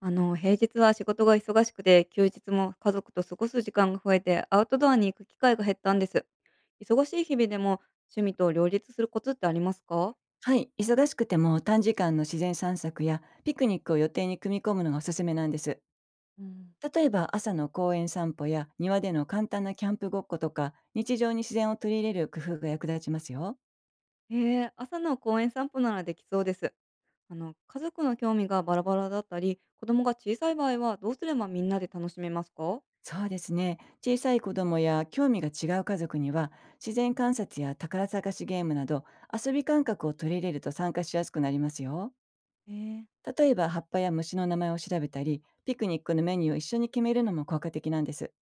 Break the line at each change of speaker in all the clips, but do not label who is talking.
平日は仕事が忙しくて、休日も家族と過ごす時間が増えて、アウトドアに行く機会が減ったんです。忙しい日々でも趣味と両立するコツってありますか？
はい、忙しくても短時間の自然散策やピクニックを予定に組み込むのがおすすめなんです。
うん。
例えば朝の公園散歩や庭での簡単なキャンプごっことか、日常に自然を取り入れる工夫が役立ちますよ。
へえ、朝の公園散歩ならできそうです。家族の興味がバラバラだったり、子供が小さい場合はどうすればみんなで楽しめますか？
そうですね。小さい子供や興味が違う家族には、自然観察や宝探しゲームなど遊び感覚を取り入れると参加しやすくなりますよ。
ええ。
例えば葉っぱや虫の名前を調べたり、ピクニックのメニューを一緒に決めるのも効果的なんです。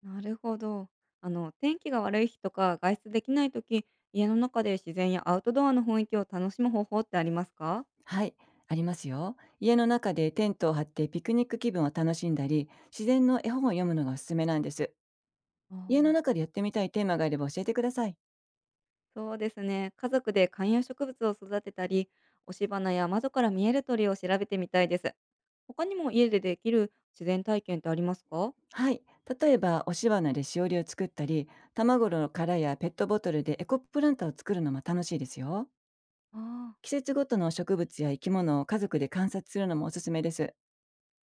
なるほど。天気が悪い日とか外出できない時、家の中で自然やアウトドアの雰囲気を楽しむ方法ってありますか？
はい、ありますよ。家の中でテントを張ってピクニック気分を楽しんだり、自然の絵本を読むのがおすすめなんです。
あ
家の
ー。
中でやってみたいテーマがあれば教えてください。
そうですね。家族で観葉植物を育てたり、押し花や窓から見える鳥を調べてみたいです。他にも家でできる自然体験ってありますか？
はい、例えばおし花でしおりを作ったり、卵の殻やペットボトルでエコプランターを作るのも楽しいですよ。
ああ。
季節ごとの植物や生き物を家族で観察するのもおすすめです。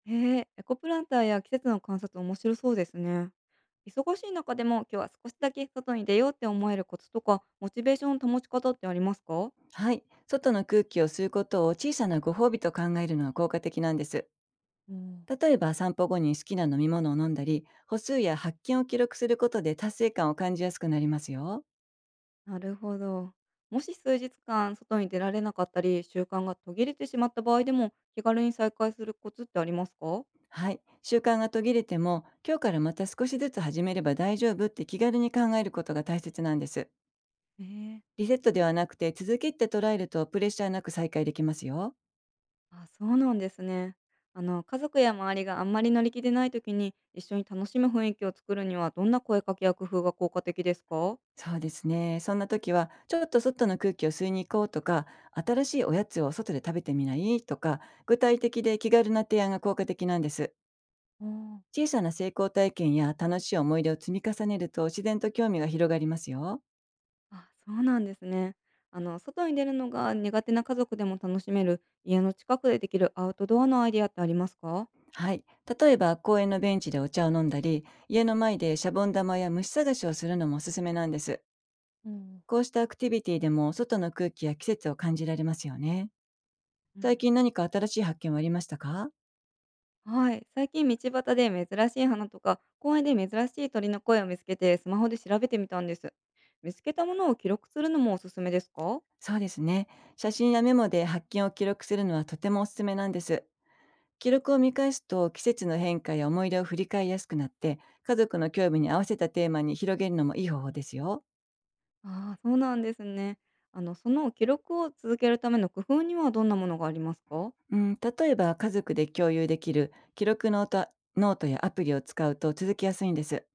へえ、エコプランターや季節の観察面白そうですね。忙しい中でも今日は少しだけ外に出ようって思えるコツとか、モチベーションの保ち方ってありますか？
はい、外の空気を吸うことを小さなご褒美と考えるのは効果的なんです。
うん。
例えば散歩後に好きな飲み物を飲んだり、歩数や発見を記録することで達成感を感じやすくなりますよ。
なるほど。もし数日間外に出られなかったり、習慣が途切れてしまった場合でも、気軽に再開するコツってありますか？
はい。習慣が途切れても、今日からまた少しずつ始めれば大丈夫って気軽に考えることが大切なんです。
ええ。
リセットではなくて続きって捉えると、プレッシャーなく再開できますよ。
あ、そうなんですね。家族や周りがあんまり乗り気でない時に、一緒に楽しむ雰囲気を作るには、どんな声かけや工夫が効果的ですか？
そうですね。そんな時は、ちょっと外の空気を吸いに行こうとか、新しいおやつを外で食べてみないとか、具体的で気軽な提案が効果的なんです。
おん。
小さな成功体験や楽しい思い出を積み重ねると、自然と興味が広がりますよ。
あ、そうなんですね。外に出るのが苦手な家族でも楽しめる、家の近くでできるアウトドアのアイディアってありますか？
はい。例えば公園のベンチでお茶を飲んだり、家の前でシャボン玉や虫探しをするのもおすすめなんです。
うん、
こうしたアクティビティでも外の空気や季節を感じられますよね。
う
最
ん。
近何か新しい発見はありましたか？
はい。最近道端で珍しい花とか、公園で珍しい鳥の声を見つけて、スマホで調べてみたんです。見つけたものを記録するのもおすすめですか？
そうですね。写真やメモで発見を記録するのはとてもおすすめなんです。記録を見返すと季節の変化や思い出を振り返りやすくなって、家族の興味に合わせたテーマに広げるのもいい方法ですよ。
ああ、そうなんですね。その記録を続けるための工夫にはどんなものがありますか？
うん、例えば家族で共有できる記録ノートやアプリを使うと続きやすいんです。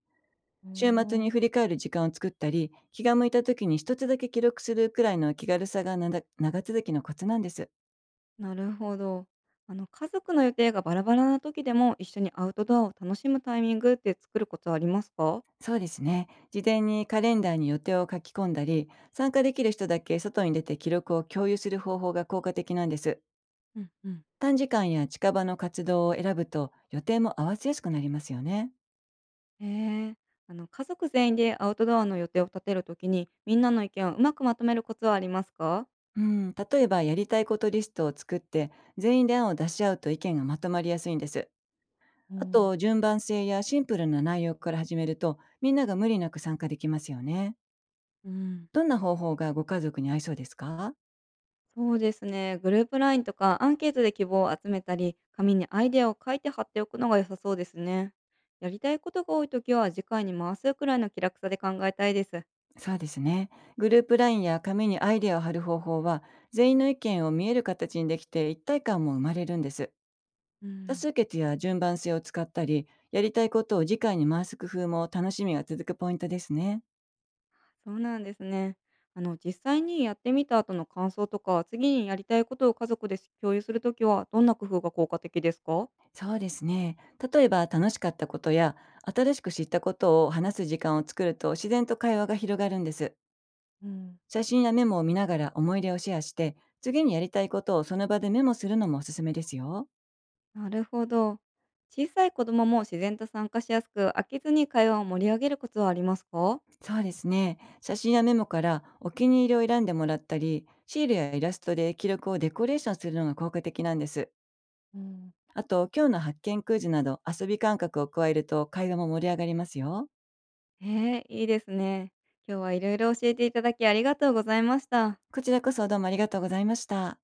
お
週末に
お。
振り返る時間を作ったり、気が向いた時に一つだけ記録するくらいの気軽さが、なだ長続きのコツなんです。
なるほど。家族の予定がバラバラな時でも、一緒にアウトドアを楽しむタイミングって作るコツはありますか？
そうですね。事前にカレンダーに予定を書き込んだり、参加できる人だけ外に出て記録を共有する方法が効果的なんです。
うんうん。
短時間や近場の活動を選ぶと、予定も合わせやすくなりますよね。
へえ。家族全員でアウトドアの予定を立てる時に、みんなの意見をうまくまとめるコツはありますか？
うん、例えばやりたいことリストを作って全員で案を出し合うと、意見がまとまりやすいんです。
お
あ
お、
と、順番性やシンプルな内容から始めると、みんなが無理なく参加できますよね。
うん。
どんな方法がご家族に合いそうですか？
そうですね。グループラインとかアンケートで希望を集めたり、紙にアイデアを書いて貼っておくのが良さそうですね。やりたいことが多いときは次回に回すくらいの気楽さで考えたいです。
そうですね。グループラインや紙にアイデアを貼る方法は、全員の意見を見える形にできて一体感も生まれるんです。
う
多
ん。
数決や順番性を使ったり、やりたいことを次回に回す工夫も楽しみが続くポイントですね。
そうなんですね。実際にやってみた後の感想とか、次にやりたいことを家族で共有するときは、どんな工夫が効果的ですか？
そうですね。例えば楽しかったことや新しく知ったことを話す時間を作ると、自然と会話が広がるんです。
うん。
写真やメモを見ながら思い出をシェアして、次にやりたいことをその場でメモするのもおすすめですよ。
なるほど。小さい子供も自然と参加しやすく、飽きずに会話を盛り上げるコツはありますか？
そうですね。写真やメモからお気に入りを選んでもらったり、シールやイラストで記録をデコレーションするのが効果的なんです。
うん。
あと、今日の発見クイズなど遊び感覚を加えると、会話も盛り上がりますよ。
ええ、いいですね。今日はいろいろ教えていただきありがとうございました。
こちらこそ、どうもありがとうございました。